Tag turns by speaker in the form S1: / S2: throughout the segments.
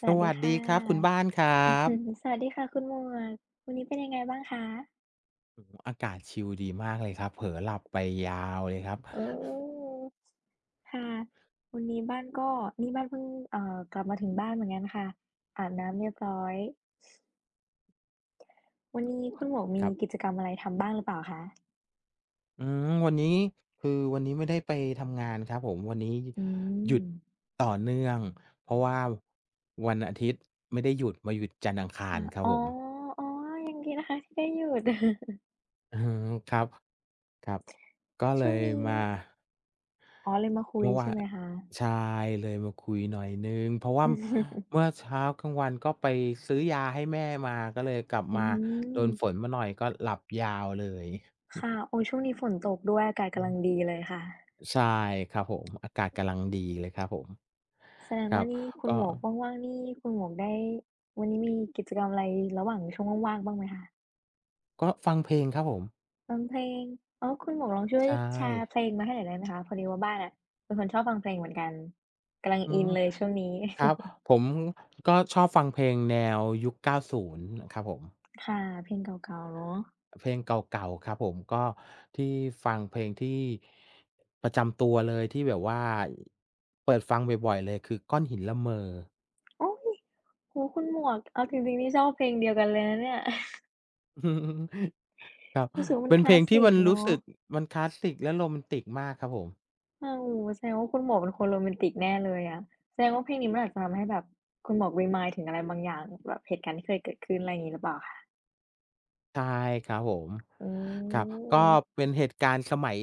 S1: ส
S2: ส
S1: วัส
S2: วั
S1: ดี
S2: สดี
S1: ค่ะ
S2: ครับคุณบ้านคร
S1: อื
S2: ั
S1: อฮ
S2: บ
S1: อสวัสดีค่ะคุณหมวกวันนี้เป็นยังไงบ้างคะ
S2: โอ้โฮอากาศชิลดีมากเลยครับเผลอหลับไปยาวเลยครับ
S1: อืมค่ะวันนี้บ้านก็นี่บ้านเพิ่งกลับมาถึงบ้านเหมือนกันค่ะอาบน้ำเรียบร้อยวันนี้คุณหมวกมี
S2: ครั
S1: กิ
S2: บ
S1: จกรรมอะไรทำบ้างหรือเปล่าคะ
S2: วันนี้วันนี้ไม่ได้ไปทำงานครับผมวันนี้
S1: อื
S2: หยุด
S1: ม
S2: ต่อเนื่องเพราะว่าวันอาทิตย์ไม่ได้หยุดมาหยุดจันทร์อังคาร
S1: ค่ะ
S2: ครับ
S1: อ๋อ
S2: ผม
S1: อ๋อยังดีนะคะที่ได้หยุด
S2: อือฮึครับครับ ก็ เล
S1: ช่วง
S2: ย
S1: นี้
S2: มา
S1: อ๋อเลยมาคุย
S2: เมื่อวา
S1: ใช่
S2: น
S1: ไหมคะ
S2: ใช่เลยมาคุยหน่อยหนึ่งเพราะว่าเมื่ อเช้ากลางวันก็ไปซื้อยาให้แม่มาก็เลยกลับ
S1: อื
S2: มาโดน
S1: ม
S2: ฝนมาหน่อยก็หลับยาวเลย
S1: ค่ะ โอ้ช่วงนี้ฝนตกด้วยอากาศ
S2: อื
S1: กำลัง
S2: ม
S1: ดีเลยค่ะ
S2: ใช่ครับผมอากาศกำลังดีเลยครับผม
S1: แสดง
S2: ครั
S1: ว่า
S2: บ
S1: นี่คุณ
S2: ก็
S1: หมวกว่างๆนี่คุณหมวกได้วันนี้มีกิจกรรมอะไรระหว่างช่วงว่างๆบ้างไหมคะ
S2: ก็ฟังเพลงครับผม
S1: ฟังเพลงอ๋อคุณหมวกลองช่วย
S2: ใช่
S1: แชร์เพลงมาให้หน่อยได้ไหมคะพอดีว่าบ้านอะเป็นคนชอบฟังเพลงเหมือนกันกำลัง
S2: อื
S1: อิ
S2: ม
S1: นเลยช่วงนี้
S2: ครั บผมก็ชอบฟังเพลงแนวยุคเก้าศูนย์ครับผม
S1: ค่ะเพลงเก่าๆเนาะ
S2: เพลงเก่าๆครับผมก็ที่ฟังเพลงที่ประจำตัวเลยที่แบบว่าเปิดฟังบ่อยๆเลยคือก้อนหินละเมอ
S1: โอ๊ยโอ้โฮคุณหมวกเอาจริงๆนี่ชอบเพลงเดียวกันเลยนะเนี่ย
S2: ครับ
S1: รู้สึกว่ามัน
S2: เป็น
S1: ค
S2: เพ
S1: ลา
S2: ลง
S1: ส
S2: ที่
S1: สิ
S2: มั
S1: ก
S2: นรู้
S1: เนาะ
S2: สึกมันคลาสสิกและโรแมนติกมากครับผม
S1: อาวโอ้โฮแสดงว่าคุณหมวกเป็นคนโรแมนติกแน่เลยอะแสดงว่าเพลงนี้มันอาจจะทำให้แบบคุณหมวก remind ถึงอะไรบางอย่างแบบเหตุการณ์ที่เคยเกิดขึ้นอะไรอย่างงี้หรือเปล่าคะ
S2: ใช่ครับผม
S1: อื
S2: ครับก็
S1: ม
S2: เป็นเหตุการณ์สมัย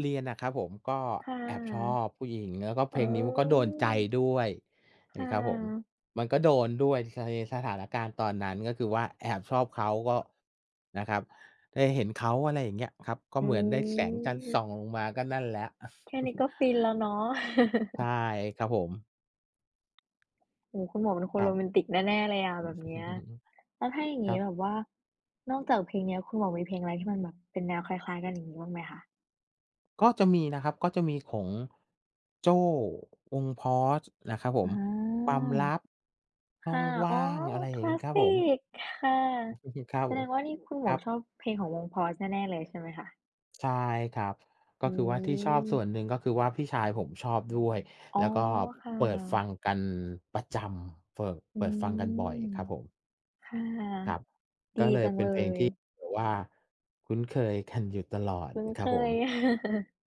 S2: เรียนอะครับผมก็
S1: ค่
S2: แอบชอ
S1: ะ
S2: บผู้หญิงแล้วก็เพล
S1: อ๋
S2: งนี้มันก็โดน
S1: อ
S2: ใจด้วย
S1: ค่
S2: นะครับผม
S1: ะ
S2: มันก็โดนด้วยสในสถานการณ์ตอนนั้นก็คือว่าแอบชอบเขาก็นะครับได้เห็นเขาอะไรอย่างเงี้ยครับก็
S1: อื
S2: เหมือนได้แสงจันทร์ส่อง
S1: ม
S2: ลงมาก็นั่นแหละ
S1: แค่นี้ก็ฟินแล้วเนาะ
S2: ใช่ครับผม
S1: โอ้โฮคุณหมวกเป็นค
S2: ค
S1: น
S2: รั
S1: โร
S2: บ
S1: แมนติกแน่ๆเลยอะแบบเนี้ย แล้วถ้าอย่าง
S2: ค
S1: งี้
S2: รับ
S1: แบบว่านอกจากเพลงเนี้ยคุณหมวกมีเพลงอะไรที่มันแบบเป็นแนวคล้ายๆกันอย่างงี้บ้างไหมคะ
S2: ก็จะมีนะครับก็จะมีของโจ้วง POS นะครับผม
S1: อา
S2: ความลับช่อง
S1: ค่ะอ๋อ
S2: ว่างอะไร
S1: ค
S2: อย่าง
S1: ลา
S2: งี้
S1: ส
S2: ครับ
S1: สิ
S2: ผม
S1: กค่ะ
S2: ครับ
S1: แส
S2: ผ
S1: ด
S2: ม
S1: งว่านี่คุณห
S2: ค
S1: มว
S2: รั
S1: ก
S2: บ
S1: ชอบเพลงของวง Pause แน่ๆเลยใช่ไหมคะ
S2: ใช่ครับก็
S1: อื
S2: คือว่าที่ชอบส่วนห
S1: ม
S2: นึ่งก็คือว่าพี่ชายผมชอบด้วย
S1: อ๋
S2: แล้
S1: อ
S2: วก็
S1: ค่ะ
S2: เปิดฟังกันประจำเปิด
S1: อื
S2: เปิดฟังกันบ่อย
S1: ม
S2: ครับผม
S1: ค่ะ
S2: ครับ
S1: ดี
S2: ก็เลย
S1: จัง
S2: เป็น
S1: เล
S2: เพลง
S1: ย
S2: ที่แบบว่าคุ้นเคยกันอยู่ตลอด
S1: คุ้น
S2: นะค
S1: เค
S2: รับผม
S1: ย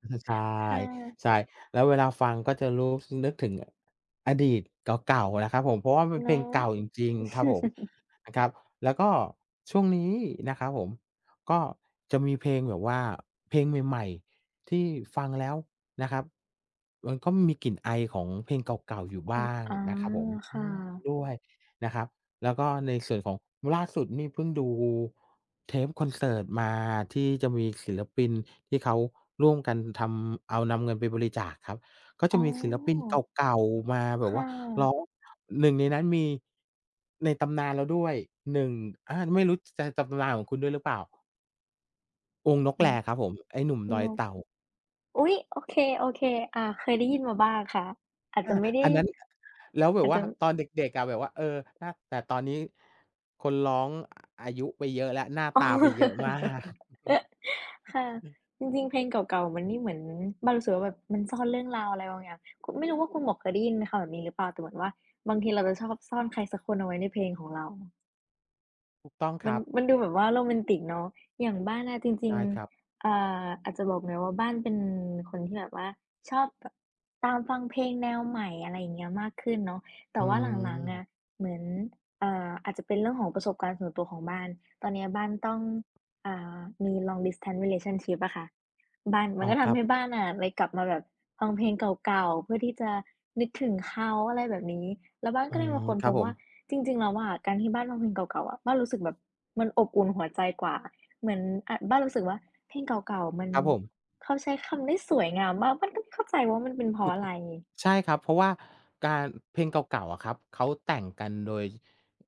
S2: ใช่
S1: ค่
S2: ใช่
S1: ะ
S2: แล้วเวลาฟังก็จะรู้สนึกถึงอดีตเก่าๆนะครับผมเพราะว่ามันเพ
S1: เนา
S2: ลง
S1: ะ
S2: เก่าจริงๆครับผม นะครับแล้วก็ช่วงนี้นะครับผมก็จะมีเพลงแบบว่าเพลงใหม่ๆที่ฟังแล้วนะครับมันก็มีกลิ่นไอของเพลงเก่าๆอยู่
S1: ความ
S2: บ้าง
S1: อา
S2: นะครับผม
S1: ค่ะ
S2: ด้วยนะครับ แล้วก็ในส่วนของล่าสุดนี่เพิ่งดูเทปคอนเสิร์ตมาที่จะมีศิลปินที่เขาร่วมกันเอานำเงินไปบริจาคครับก็จะ
S1: อ๋
S2: มีศิลปิน
S1: อ
S2: เก่าๆมาแบบว่า
S1: ค่ะ
S2: ร้องหนึ่งในนั้นมีในตำนานเราด้วยหนึ่งอาไม่รู้จะตำนานของคุณด้วยหรือเปล่าองค์นก
S1: อื
S2: แล
S1: ม
S2: ครับผมไอ้หนุ่มดอ
S1: น
S2: ย
S1: ก
S2: เต่า
S1: อุ๊ยโอเคโอเคอ่าเคยได้ยินมาบ้างค่ะอาจ
S2: อา
S1: จะไม่ได้
S2: อันนั้นแล้วแบบ
S1: อาจ
S2: ว่า
S1: จะ
S2: ตอนเด็กๆอะแบบว่าหน้าแต่ตอนนี้คนร้องอายุไปเยอะแล้วหน้า
S1: อ๋
S2: ตาไปเยอะมา
S1: อ
S2: ก
S1: ค่ะจริงๆ เพลงเก่าๆมันนี่เหมือนบ้านรู้สึกว่าแบบมันซ่อนเรื่องราวอะไรบางอย่างคุณไม่รู้ว่าคุณหมวกเคยได้ยินไหมคำแบบนี้หรือเปล่าแต่เหมือนว่า บางทีเราจะชอบซ่อนใครสักคนเอาไว้ในเพลงของเรา
S2: ถูกต้องค
S1: มัน
S2: รับ
S1: มันดูแบบว่าโรแมนติกเนาะอย่างบ้านอะจริง
S2: ได้ครับ
S1: ๆอาจจะบอกหน่อยว่าบ้านเป็นคนที่แบบว่าชอบแบบตามฟังเพลงแนวใหม่อะไรอย่างเงี้ยมากขึ้นเนาะ
S2: อื
S1: แต่ว่าหลังๆอะ
S2: ม
S1: เหมือนอาจจะเป็นเรื่องของประสบการณ์ส่วนตัวของบ้านตอนเนี้ยบ้านต้องอ่ามี long distance relationship อะค่ะบ้านมั
S2: อ๋อ
S1: นก็
S2: ครั
S1: ทำ
S2: บ
S1: ให้บ้านอะเลยกลับมาแบบฟังเพลงเก่าๆเพื่อที่จะนึกถึงเขาอะไรแบบนี้แล้วบ้าน
S2: อื
S1: ก็เลย
S2: ม
S1: มาค้น
S2: ค
S1: พ
S2: รับ
S1: บ
S2: ผม
S1: ว่า จริงๆแล้วอะการที่บ้านฟังเพลงเก่าๆอะบ้านรู้สึกแบบมันอบอุ่นหัวใจกว่าเหมือนอะบ้านรู้สึกว่าเพลงเก่าๆมัน
S2: ครับผม
S1: เขาใช้คำได้สวยงามมากบ้านก็ไม่เข้าใจว่ามันเป็นเพราะอะไร
S2: ใช่ครับเพราะว่าการเพลงเก่าๆอะครับเขาแต่งกันโดย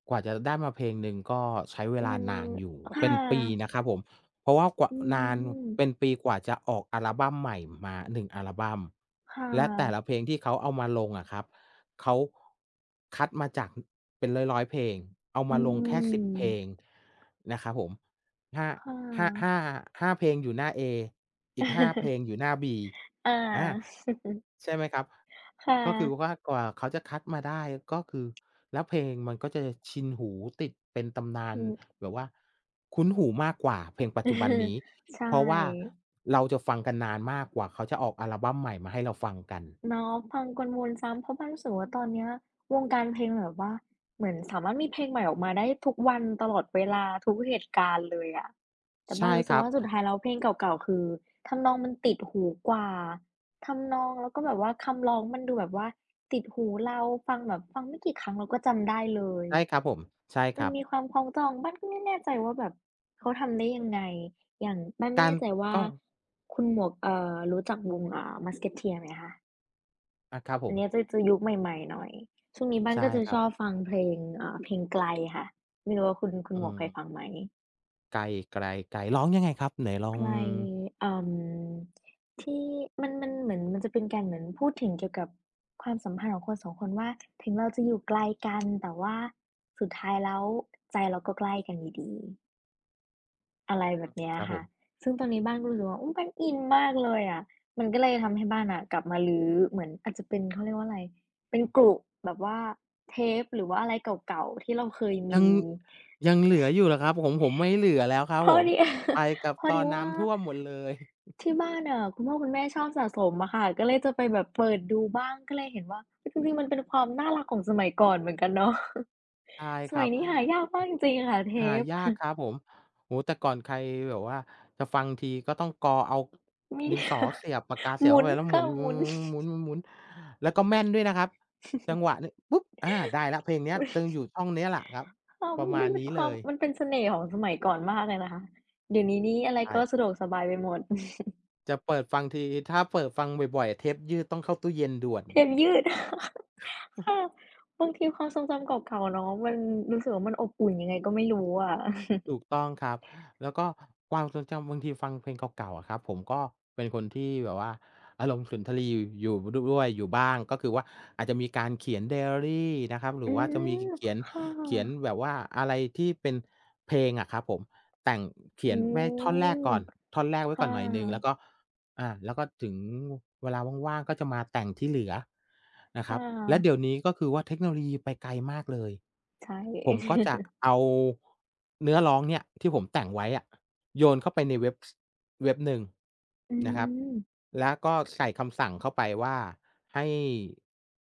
S2: กว่าจะได้มาเพลงหนึ่งก็ใช้เวลา
S1: มัน
S2: นานอยู่เป็
S1: ค่ะ
S2: นปีนะครับผมเพราะว่ากว่า
S1: อื
S2: นาน
S1: ม
S2: เป็นปีกว่าจะออกอัลบัมใหม่มาหนึ่งอัลบัม
S1: ค่
S2: และแต่ละ
S1: ะ
S2: เพลงที่เขาเอามาลงอะครับเขาคัดมาจากเป็นร้อยๆเพลงเอามา
S1: อื
S2: ลงแค่10
S1: ม
S2: เพลงนะครับผม ห้า
S1: ค่ะ
S2: ห้าห้าเพลงอยู่หน้าเออีกห้าเพลง อยู่หน้าบี
S1: อ
S2: อา
S1: า
S2: ใช่ไหมครับ
S1: ค่ะ
S2: ก็คือว่ากว่าเขาจะคัดมาได้ก็คือแล้วเพลงมันก็จะชินหูติดเป็นตำนาน
S1: อือ
S2: แบบว่าคุ้นหูมากกว่าเพลงปัจจุบันนี้
S1: ใช่
S2: เพราะว่าเราจะฟังกันนานมากกว่าเขาจะออกอัลบัมใหม่มาให้เราฟังกัน
S1: เนาะฟังกลวนซ้ำเพราะว้านรู้สึกว่าตอนเนี้ยวงการเพลงแบบว่าเหมือนสามารถมีเพลงใหม่ออกมาได้ทุกวันตลอดเวลาทุกเหตุการณ์เลยอะแต่บ้า
S2: ใช่
S1: นรู้
S2: ค
S1: สึก
S2: รับ
S1: ว่าสุดท้ายแล้วเพลงเก่าๆคือทำนองมันติดหูกว่าทำนองแล้วก็แบบว่าคำร้องมันดูแบบว่าติดหูเราฟังแบบฟังไม่กี่ครั้งเราก็จำได้เลย
S2: ใช่ครับผมใช่ค
S1: มัน
S2: รับ
S1: มีความคล้องจองบ้านก็ไม่แน่ใจว่าแบบเขาทำได้ยังไงอย่างบ้านไม่
S2: การ
S1: แน่ใจว่า
S2: ก็
S1: คุณหมวกรู้จักวงMusketeers ไหมคะ
S2: อาครับผ
S1: อั
S2: ม
S1: นเนี้ยจะยุคใหม่ๆหน่อยช่วงนี้บ้าน
S2: ใช่
S1: ก็จะ
S2: ค
S1: ช
S2: รับ
S1: อบฟังเพลงเพลงไกลค่ะไม่รู้ว่าคุณ
S2: อื
S1: หมวกเคยฟัง
S2: ม
S1: ไหม
S2: ไกลไกลไกลร้องยังไงครับไหนลอ
S1: ไก
S2: ง
S1: ลเอ่อที่มันเหมือนมันจะเป็นการเหมือนพูดถึงเกี่ยวกับความสัมพันธ์ของคนสองคนว่าถึงเราจะอยู่ไกลกันแต่ว่าสุดท้ายแล้วใจเราก็ใกล้กันอยู่ดี อะไรแบบเนี้ย
S2: ครับผ
S1: ค่ะ
S2: ม
S1: ซึ่งตอนนี้บ้านก็รู้สึกว่าอุ๊ยบ้านอินมากเลยอะมันก็เลยทำให้บ้านอะกลับมารื้อเหมือนอาจจะเป็นเขาเรียกว่าอะไรเป็นกรุแบบว่าเทปหรือว่าอะไรเก่าๆที่เราเคย
S2: ยัง
S1: มี
S2: ยังเหลืออยู่เหรอครับของผมไม่เหลือแล้วครับ
S1: พ
S2: ผ
S1: อ
S2: ม
S1: ดี
S2: ไป กับ
S1: พอ
S2: ตอ
S1: ดี
S2: น
S1: ว่า
S2: น้ำท่วมหมดเลย
S1: ที่บ้านอะคุณพ่อคุณแม่ชอบสะสมอะค่ะก็เลยจะไปแบบเปิดดูบ้างก็เลยเห็นว่าเฮ้ยจริงๆมันเป็นความน่ารักของสมัยก่อนเหมือนกันเนาะ
S2: ใช่
S1: ส
S2: ค
S1: มั
S2: รั
S1: ย
S2: บ
S1: นี้หายากมากจริงๆค่ะเท
S2: หายาก
S1: ป
S2: ครับผมโอ้โฮแต่ก่อนใครแบบว่าจะฟังทีก็ต้องกอเอา
S1: มี
S2: ดินสอเสียบปากกา เสีย
S1: ห
S2: บ
S1: มุ
S2: เข้า
S1: น
S2: ไปแล้วหมุ
S1: ค่ะหมุน
S2: นๆๆๆๆแล้วก็แม่นด้วยนะครับจังหวะนี้ปุ๊บอาได้แล้วเพลงเนี้
S1: ห
S2: ย
S1: มุน
S2: จึงอยู่ช่องเนี้ยแหละครับ
S1: อวา
S2: ป
S1: ม
S2: ระ
S1: น
S2: มา
S1: มั
S2: ณ
S1: นเป็น
S2: นี้
S1: ค
S2: เล
S1: วาม
S2: ย
S1: มันเป็นเสน่ห์ของสมัยก่อนมากเลยนะคะเดี๋ยวนี้อะไร
S2: ใช่
S1: ก็สะดวกสบายไปหมด
S2: จะเปิดฟังทีถ้าเปิดฟังบ่อยๆเทปยืดต้องเข้าตู้เย็นด่วน
S1: เทปยืด ค่ะบางทีความทรงจำเก่าๆเนาะมันรู้สึกว่ามันอบอุ่นยังไงก็ไม่รู้อะ
S2: ถูกต้องครับแล้วก็ความทรงจำบางทีฟังเพลงเก่าๆอะครับผมก็เป็นคนที่แบบว่าอารมณ์สุนทรีย์อยู่ด้วยอยู่บ้างก็คือว่าอาจจะมีการเขียนไดอารีนะครับห รื
S1: อื
S2: อว่าจะมี
S1: ม
S2: เขียน
S1: ค่ะ
S2: เขียนแบบว่าอะไรที่เป็นเพลงอะครับผมแต่งเขีย
S1: อื
S2: นแม่ท่อนแรก
S1: ม
S2: ก่อนท่อนแรกไว้ก่อ
S1: ค่ะ
S2: นหน่อยหนึ่งแล้วก็ อาแล้วก็ถึงเวลาว่างๆก็จะมาแต่งที่เหลือนะค
S1: ค่
S2: รับและเดี๋ย
S1: ะ
S2: วนี้ก็คือว่าเทคโนโลยีไปไกลมากเลย
S1: ใช่
S2: ผมก็จะเอาเนื้อร้องเนี่ยที่ผมแต่งไว้อะโยนเข้าไปในเว็บสเว็บหนึ่ง
S1: อื
S2: นะครับ
S1: ม
S2: แล้วก็ใส่คำสั่งเข้าไปว่าให้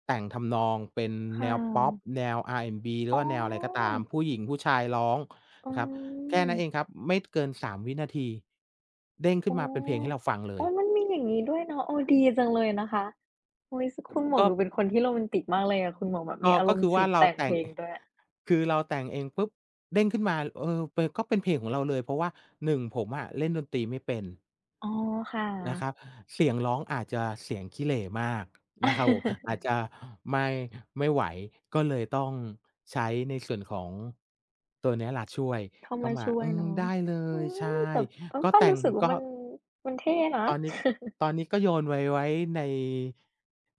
S2: แต่งทำนองเป็น
S1: ค่
S2: แนวพ็อป
S1: ะ
S2: แนว R&B หรือ
S1: อ๋อ
S2: ว่าแนวอะไรก็ตามผู้หญิงผู้ชายร้อง
S1: อื
S2: นะครับแค่
S1: ม
S2: นั้นเองครับไม่เกินสามวินาทีเด้งขึ้น
S1: อ๋
S2: มาเป็นเพลงให้เรา
S1: อ
S2: ฟังเล
S1: อ๋
S2: ย
S1: อมันมีอย่างงี้ด้วยเนาะโอ้ดีจังเลยนะคะอุ๊ยซคุณหมวก
S2: ก็
S1: ดูเป็นคนที่โรแมนติกมากเลยอะคุณหมวกแบบ
S2: ก็
S1: มีอาร
S2: ก็
S1: ม
S2: คื
S1: ณ์
S2: อ
S1: ศิ
S2: ว่า
S1: ลป์
S2: เรา
S1: แต่งเพ
S2: แต่ง
S1: ลงด้วย
S2: คือเราแต่งเองปุ๊บเด้งขึ้นมาเป็นก็เป็นเพลงของเราเลย เพราะว่าหนึ่งผมอะเล่นดนตรีไม่เป็น
S1: อ๋อค่ะ
S2: นะครับเสียงร้องอาจจะเสียงขี้เหร่มากนะครับผมอาจ จะไม่ไม่ไหวก็เลยต้องใช้ในส่วนของตัวเนี้ยแหละช่วย
S1: เข้า
S2: เข้า
S1: มา
S2: มา
S1: ช่วย
S2: อืม
S1: เนาะ
S2: ได้เล
S1: อื
S2: ย
S1: ม
S2: ใช่
S1: แต่เออ
S2: ก็
S1: ก็
S2: แต่ง
S1: รู้สึกว่า
S2: ก็
S1: มันเท่นะ
S2: ตอนนี้ตอนนี้ก็โยนไว้ใน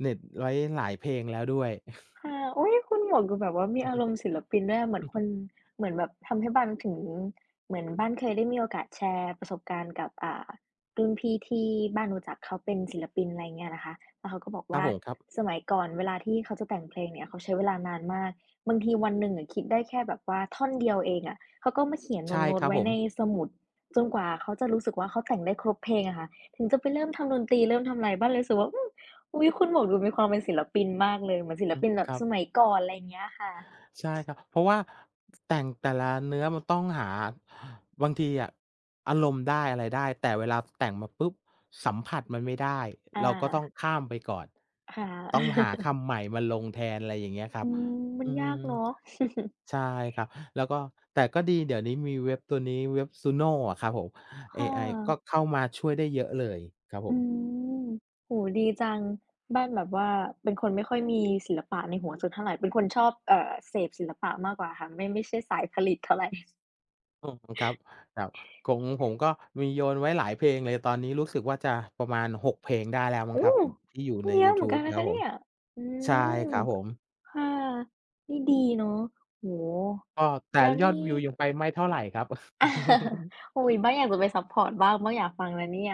S2: เน็ตไว้หลายเพลงแล้วด้วย
S1: ค่ะอุ๊ยคุณหมวกดูแบบว่ามีอารมณ์ศิลปินด้วยอะเหมือนคน เหมือนแบบทำให้บ้านถึงเหมือนบ้านเคยได้มีโอกาสแชร์ประสบการณ์กับรุ่นพี่ที่บ้านรู้จักเขาเป็นศิลปินอะไรเงี้ยนะคะแล้วเขาก็บอก
S2: ครับ
S1: ว่า
S2: ผมครับ
S1: สมัยก่อนเวลาที่เขาจะแต่งเพลงเนี่ยเขาใช้เวลานานมากบางทีวันหนึ่งอะคิดได้แค่แบบว่าท่อนเดียวเองอะเขาก็มาเขียน
S2: ใช่
S1: โน้
S2: ค
S1: ต
S2: รั
S1: ๆ
S2: บ
S1: ไว้
S2: ผม
S1: ในสมุดจนกว่าเขาจะรู้สึกว่าเขาแต่งได้ครบเพลงอะค่ะถึงจะไปเริ่มทำดนตรีเริ่มทำอะไรบ้านเลยรู้สึกว่าอืม อุ๊ยคุณหมวกดูมีความเป็นศิลปินมากเลยเหมือนศิล
S2: อืม
S1: ปินแบ
S2: ค
S1: บ
S2: รับ
S1: สมัยก่อนอะไรอย่างเงี้ยค่ะ
S2: ใช่ครับเพราะว่าแต่งแต่ละเนื้อมันต้องหาบางทีอะอารมณ์ได้อะไรได้แต่เวลาแต่งมาปุ๊บสัมผัสมันไม่ได้
S1: อา
S2: เราก็ต้องข้ามไปก่อน
S1: ค่ะ
S2: ต้องหา คำใหม่มาลงแทนอะไรอย่างเงี้ยครับ
S1: อืมมั
S2: อื
S1: นยา
S2: ม
S1: กเนาะ
S2: ใช่ครับแล้วก็แต่ก็ดีเดี๋ยวนี้มีเว็บตัวนี้เว็บ Suno อะครับผมเอ
S1: ค่
S2: ไอก็
S1: ะ
S2: เข้ามาช่วยได้เยอะเลยครับผ
S1: อื
S2: ม
S1: มโอ้โฮดีจังบ้านแบบว่าเป็นคนไม่ค่อยมีศิลปะในหัวสักเท่าไรเป็นคนชอบเสพศิลปะมากกว่าค่ะไม่ใช่สายผลิตเท่าไร
S2: อืมครับครับของผมก็มีโยนไว้หลายเพลงเลยตอนนี้รู้สึกว่าจะประมาณ6เพลงได้แล้วมั้ง
S1: โอ้
S2: ครับที่อยู่ใน
S1: เย
S2: ยู
S1: อะเหมื
S2: ทู
S1: อน
S2: บ
S1: กัน
S2: ค
S1: นะ
S2: รับ
S1: คะ
S2: ผม
S1: เนี่ยอื
S2: ใช่
S1: ม
S2: ครับผม
S1: ค่ะนี่ดีเนาะโอ้โฮ
S2: ก็แต่
S1: แล้ว
S2: ยอด
S1: นี่
S2: วิวยังไปไม่เท่าไรครับ
S1: อุ๊ยบ้างอยากจะไปซัปพอร์ตบ้าง บ้างอยากฟังนะเนี่ย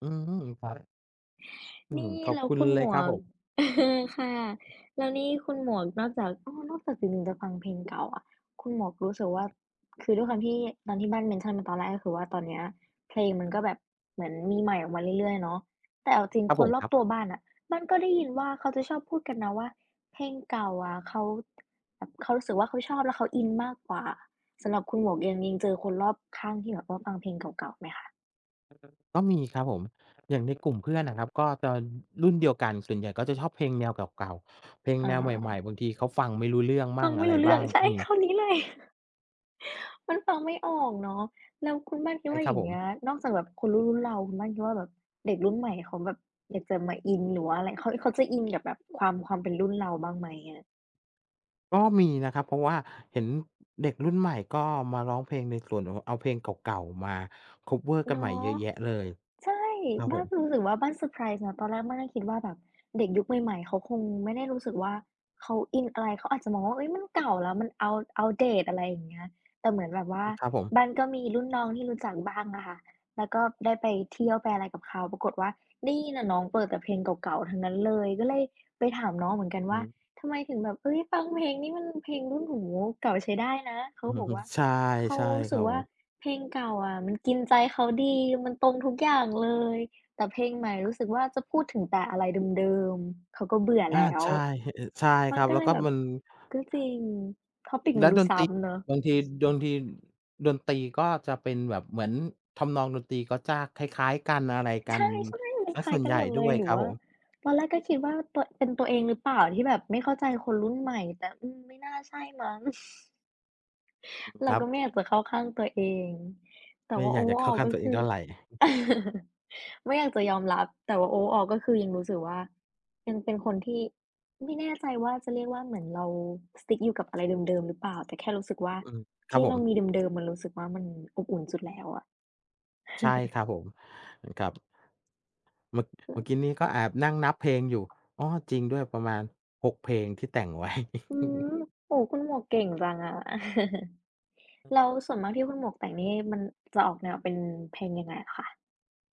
S2: อืมครับอืม
S1: นี่
S2: ขอบ
S1: แล้ว
S2: คุณ
S1: คุณ
S2: เล
S1: หม
S2: ยค
S1: ว
S2: รับผ
S1: ก
S2: ม
S1: เออค่ะแล้วนี่คุณหมวกนอกจากอ้อนอกจากติ่งๆจะฟังเพลงเก่าอะคุณหมวกรู้สึกว่าคือด้วยความที่ตอนที่บ้าน mention มาตอนแรกก็คือว่าตอนเนี้ยเพลงมันก็แบบเหมือนมีใหม่ออกมาเรื่อยๆเนาะแต่เอาจริง
S2: ครับ
S1: ค
S2: ผ
S1: น
S2: ม
S1: ร
S2: ค
S1: อบ
S2: รั
S1: ตัว
S2: บ
S1: บ้านน่ะบ้านก็ได้ยินว่าเขาจะชอบพูดกันนะว่าเพลงเก่าอะเขาแบบเขารู้สึกว่าเขาชอบแล้วเขาอินมากกว่าสำหรับคุณหมวกยังเจอคนรอบข้างที่แบบว่าฟังเพลงเก่าๆไหมคะ
S2: ก็มีครับผมอย่างในกลุ่มเพื่อนน่ะครับก็จะรุ่นเดียวกันส่วนใหญ่ก็จะชอบเพลงแนวเก่าๆเพลงแน
S1: อา
S2: วใหม่ๆบางทีเขาฟังไม่รู้เรื่องมั่
S1: ฟั
S2: ง
S1: ง
S2: อะ
S1: ไม่
S2: ไร
S1: รู้เรื่อ
S2: บ้า
S1: ง
S2: ง
S1: ใช่
S2: ก็มี
S1: คำนี้เลย มันฟังไม่ออกเนาะแล้วคุณบ้านคิด
S2: ใช่
S1: ว่า
S2: ครั
S1: อ
S2: บ
S1: ย่าง
S2: ผม
S1: เงี้ยนอกจากแบบคนรุ่นๆเราคุณบ้านคิดว่าแบบเด็กรุ่นใหม่เขาแบบอยากจะมาอินหรือว่าอะไรเขาจะอินกับแบบความเป็นรุ่นเราบ้างไหมอะ
S2: ก็มีนะครับเพราะว่าเห็นเด็กรุ่นใหม่ก็มาร้องเพลงในส่วนของเอาเพลงเก่าๆมาคัฟเวอร์กันใหม่เย
S1: เนาะ
S2: อะแยะเลย
S1: ใช่
S2: ครับผ
S1: บ้าน
S2: ม
S1: รู้สึกว่าบ้านเซอร์ไพรส์นะตอนแรกบ้านก็คิดว่าแบบเด็กยุคใหม่ๆเขาคงไม่ได้รู้สึกว่าเขาอินอะไรเขาอาจจะมองว่าเฮ้ยมันเก่าแล้วมัน outdate อะไรอย่างเงี้ยแต่เหมือนแบบว่า
S2: ครับผม
S1: บ้านก็มีรุ่นน้องที่รู้จักบ้างอะค่ะแล้วก็ได้ไปเที่ยวไปอะไรกับเขาปรากฏว่านี่น่ะน้องเปิดแต่เพลงเก่าๆทั้งนั้นเลยก็เลยไปถามน้องเหมือนกัน
S2: อื
S1: ว่า
S2: ม
S1: ทำไมถึงแบบเฮ้ยฟังเพลงนี้มันเพลงรุ่นโอ้โฮเก่าใช้ได้นะเขา
S2: อื
S1: ก็
S2: อ
S1: บอก
S2: ฮึ
S1: ว่า
S2: ใช่
S1: เขา
S2: ใช่
S1: รู้
S2: ค
S1: สึ
S2: รั
S1: ก
S2: บผ
S1: ว่า
S2: ม
S1: เพลงเก่าอะมันกินใจเขาดีมันตรงทุกอย่างเลยแต่เพลงใหม่รู้สึกว่าจะพูดถึงแต่อะไรเดิมๆเขาก็เบื่อ
S2: อา
S1: แล้ว
S2: ใช่ใช่ค
S1: มัน
S2: รับ
S1: ก็
S2: แล้ว
S1: เลย
S2: ก็
S1: แบบ
S2: มัน
S1: ก็จริง topic มั
S2: และ
S1: นดู
S2: ดนตรี
S1: ซ้ำเนาะ
S2: บางทีดนตรีดนตรีก็จะเป็นแบบเหมือนทำนองดนตรีก็จะคล้ายๆกันอะไรกัน
S1: ใช่ๆมัน
S2: เสีย
S1: คล้า
S2: ส่
S1: ย
S2: วน
S1: กั
S2: ให
S1: นห
S2: ญ่
S1: มดเล
S2: ด้
S1: ย
S2: วย
S1: ห
S2: ค
S1: รือ
S2: รับผ
S1: ว่า
S2: ม
S1: ตอนแรกก็คิดว่าเป็นตัวเองหรือเปล่าที่แบบไม่เข้าใจคนรุ่นใหม่แต่อืมไม่น่าใช่มั้ง
S2: ค
S1: เรา
S2: รับ
S1: ก็ไม่อยากจะเข้าข้างตัวเอง แต่
S2: ไม่
S1: ว่า
S2: อยากจะเข้า
S1: overall
S2: ข้าง
S1: ก็
S2: ตัวเอง
S1: คือ
S2: เท่าไร
S1: ไม่อยากจะยอมรับแต่ว่า overall ก็คือยังรู้สึกว่ายังเป็นคนที่ไม่แน่ใจว่าจะเรียกว่าเหมือนเรา stick อยู่กับอะไรเดิมๆหรือเปล่าแต่แค่รู้สึกว่า
S2: อืมครับ
S1: ที่
S2: ผม
S1: เรามีเดิมๆมันรู้สึกว่ามันอบอุ่นสุดแล้วอะ
S2: ใช่ครับผมครับ เมื่อ
S1: ้
S2: เมื่อกี้นี้ก็แอบนั่งนับเพลงอยู่อ้อจริงด้วยประมาณ6เพลงที่แต่งไว้
S1: อืม โอ้คุณหมวกเก่งจังอะ แล้วส่วนมากที่คุณหมวกแต่งนี่มันจะออกแนวเป็นเพลงยังไงอะคะ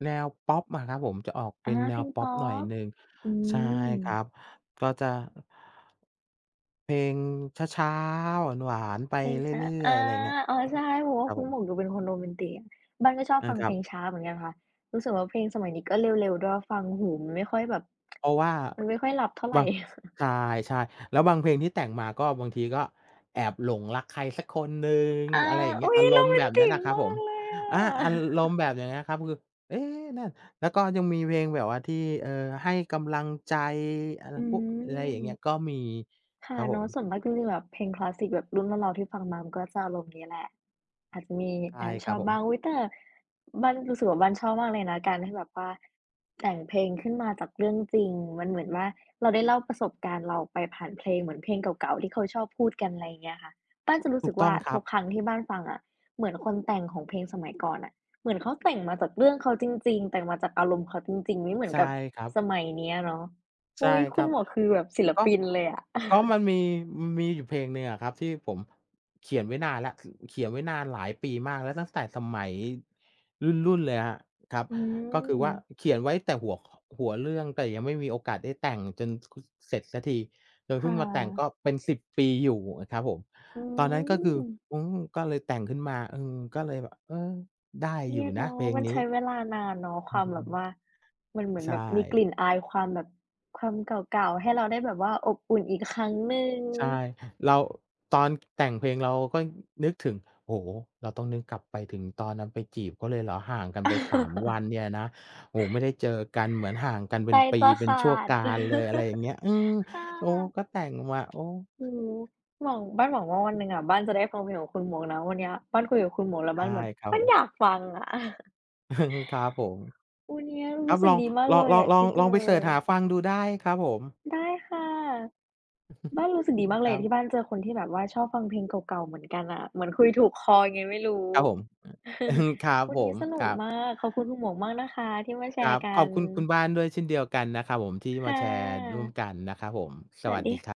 S2: แนวพอปอะครับผมจะออกเป็
S1: อา
S2: นแน
S1: เพ
S2: ว
S1: ลง
S2: พอป
S1: ป๊อ
S2: หน่อย
S1: ป
S2: หนึ่ง
S1: อื
S2: ใช่
S1: ม
S2: ครับ ก็จะเพลงช้าๆหวานๆไป
S1: เพลง
S2: เร
S1: ช้า
S2: ื่อย
S1: อา
S2: ๆอะไรอย่างเงี้ย
S1: อ๋อ
S2: อือ
S1: ใช่เพราะ
S2: ค
S1: ว่า
S2: รับ
S1: คุ
S2: ผ
S1: ณ
S2: ม
S1: หมวกดูเป็นคนโรแมนติกอะบ้านก็ชอบ
S2: อา
S1: ฟัง
S2: ค
S1: เพ
S2: รับ
S1: ลงช้าเหมือนกันค่ะรู้สึกว่าเพลงสมัยนี้ก็เร็วๆด้วยฟังหูมันไม่ค่อยแบบ
S2: เพราะว่า
S1: มันไม่ค่อยหลับเท่าไร
S2: บาง ใช่ๆแล้วบางเพลงที่แต่งมาก็บางทีก็แอบหลงรักใครสักคนหนึ่ง
S1: อา
S2: อะไรอย่างเงี้ย
S1: อุ๊ย
S2: อาร
S1: โร
S2: ม
S1: แม
S2: ณ์แบ
S1: น
S2: บนั้
S1: ติ
S2: น
S1: ก
S2: น่ะครับผ
S1: มา
S2: ม
S1: กเลยอ
S2: อา
S1: ะ
S2: อารมณ์แบบอย่างเงี้ยครับคือเอ๊ะนั่นแล้วก็ยังมีเพลงแบบว่าที่เอ่อให้กำลังใจอะไร
S1: อื
S2: พวกอะไรอ
S1: ม
S2: ย่างเงี้ยก็มีค
S1: ค่ะ
S2: รับผม
S1: เนาะส่วนมากจริงๆแบบเพลงคลาสสิกแบบรุ่นเราๆที่ฟังมามันก็จะอารมณ์นี้แหละอาจจะมีแอ
S2: ใช่
S1: บ
S2: ค
S1: ช
S2: รับ
S1: อบ
S2: ผม
S1: บ้างอุ๊ยแต่บ้านรู้สึกว่าบ้านชอบมากเลยนะการที่แบบว่าแต่งเพลงขึ้นมาจากเรื่องจริงมันเหมือนว่าเราได้เล่าประสบการณ์เราไปผ่านเพลงเหมือนเพลงเก่าๆที่เขาชอบพูดกันอะไรอย่างเงี้ยค่ะบ้านจะรู้
S2: ถู
S1: สึ
S2: ก
S1: ก
S2: ต้อ
S1: ว่า
S2: งครั
S1: ทุ
S2: บ
S1: กครั้งที่บ้านฟังอะเหมือนคนแต่งของเพลงสมัยก่อนอ่ะเหมือนเขาแต่งมาจากเรื่องเขาจริงๆแต่งมาจากอารมณ์เขาจริงๆไม่เหมือน
S2: ใช่
S1: กับ
S2: ครับ
S1: สมัยเนี้ยเนาะ
S2: ใช่
S1: อุ้ย
S2: ค
S1: คุ
S2: รั
S1: ณ
S2: บ
S1: หมอคือแบบศิล
S2: ก็
S1: ปินเลยอะ
S2: ก็มันมีอยู่เพลงหนึ่งอะครับที่ผมเขียนไว้นานแล้วเขียนไว้นานหลายปีมากแล้วตั้งแต่สมัยรุ่นๆเลยอะครับ
S1: อื
S2: ก็คือ
S1: ม
S2: ว่าเขียนไว้แต่หัวขหัวเรื่องแต่ยังไม่มีโอกาสได้แต่งจนคเสร็จสักทีจน
S1: ค่
S2: เพิ่งมาแต่งก็
S1: ะ
S2: เป็นสิบปีอยู่อะครับผม
S1: อื
S2: ตอนนั้นก็คือ
S1: ม
S2: อืมก็เลยแต่งขึ้นมาก็เลยแบบได้อ
S1: เนี่
S2: ยู่
S1: ย
S2: นะ
S1: เนาะ
S2: เพลง
S1: มัน
S2: นี้
S1: ใช้เวลานานเนาะ ค
S2: อื
S1: วา
S2: อ
S1: มแบ
S2: ฮึ
S1: บว่ามันเหมือน
S2: ใช่
S1: แบบมีกลิ่นอายความแบบความเก่าๆให้เราได้แบบว่าอบอุ่นอีกครั้งหนึ่ง
S2: ใช่เราตอนแต่งเพลงเราก็นึกถึงโอ้โฮเราต้องนึกกลับไปถึงตอนนั้นไปจีบเขาเลยเหรอห่างกันไป3วั นเนี่ยนะโอ้โฮไม่ได้เจอกันเหมือนห่างกันเป็
S1: ใจ
S2: นปี
S1: จะ
S2: เป็น
S1: ขา
S2: ชั่ว
S1: ด
S2: กาลเลยอะไรอย่าง เงี้ยอืม
S1: ค่ะ
S2: โอ้ก็แต่งมาโอ้
S1: โอ้โฮหวังบ้านหวังว่าวันหนึ่งอะบ้านจะได้ฟังเพลงของคุณหมวกนะวันเนี้ยบ้านคุยกับคุณหมวกแล้ว
S2: ใช่
S1: บ้านแบบ
S2: ครับ
S1: บ้า
S2: ผ
S1: น
S2: ม
S1: อยากฟังอะ
S2: ครับผม
S1: วันเนี้ย
S2: ครับ
S1: รู้สึ
S2: ล
S1: ก
S2: อง
S1: ดีมากเลยอะที่เจ
S2: ลอง
S1: อ
S2: ไปเสิร์ชหาฟังดูได้ครับผม
S1: ได้ค่ะ บ้านรู้สึก
S2: อื
S1: ดี
S2: ม
S1: มาก
S2: ค
S1: เล
S2: รั
S1: ยที่
S2: บ
S1: บ้านเจอคนที่แบบว่าชอบฟังเพลงเก่าๆเหมือนกันอะเหมือนคุยถูกคอยังไงไม่รู้
S2: ครับผม อืมครับ
S1: วัน
S2: ผ
S1: นี้
S2: ม
S1: ส
S2: ค
S1: นุก
S2: รับ
S1: มากขอบคุณคุณหมวกมากนะคะที่มาแช
S2: ครับ
S1: ร์
S2: ข
S1: กั
S2: อบ
S1: น
S2: คุณคุณบ้านด้วยเช่นเดียวกันนะครับผมที่มา
S1: ค่
S2: แชร์ร่ว
S1: ะ
S2: มกันนะครับผมส
S1: สวั
S2: วั
S1: ส
S2: ส
S1: ดี
S2: ดีครับ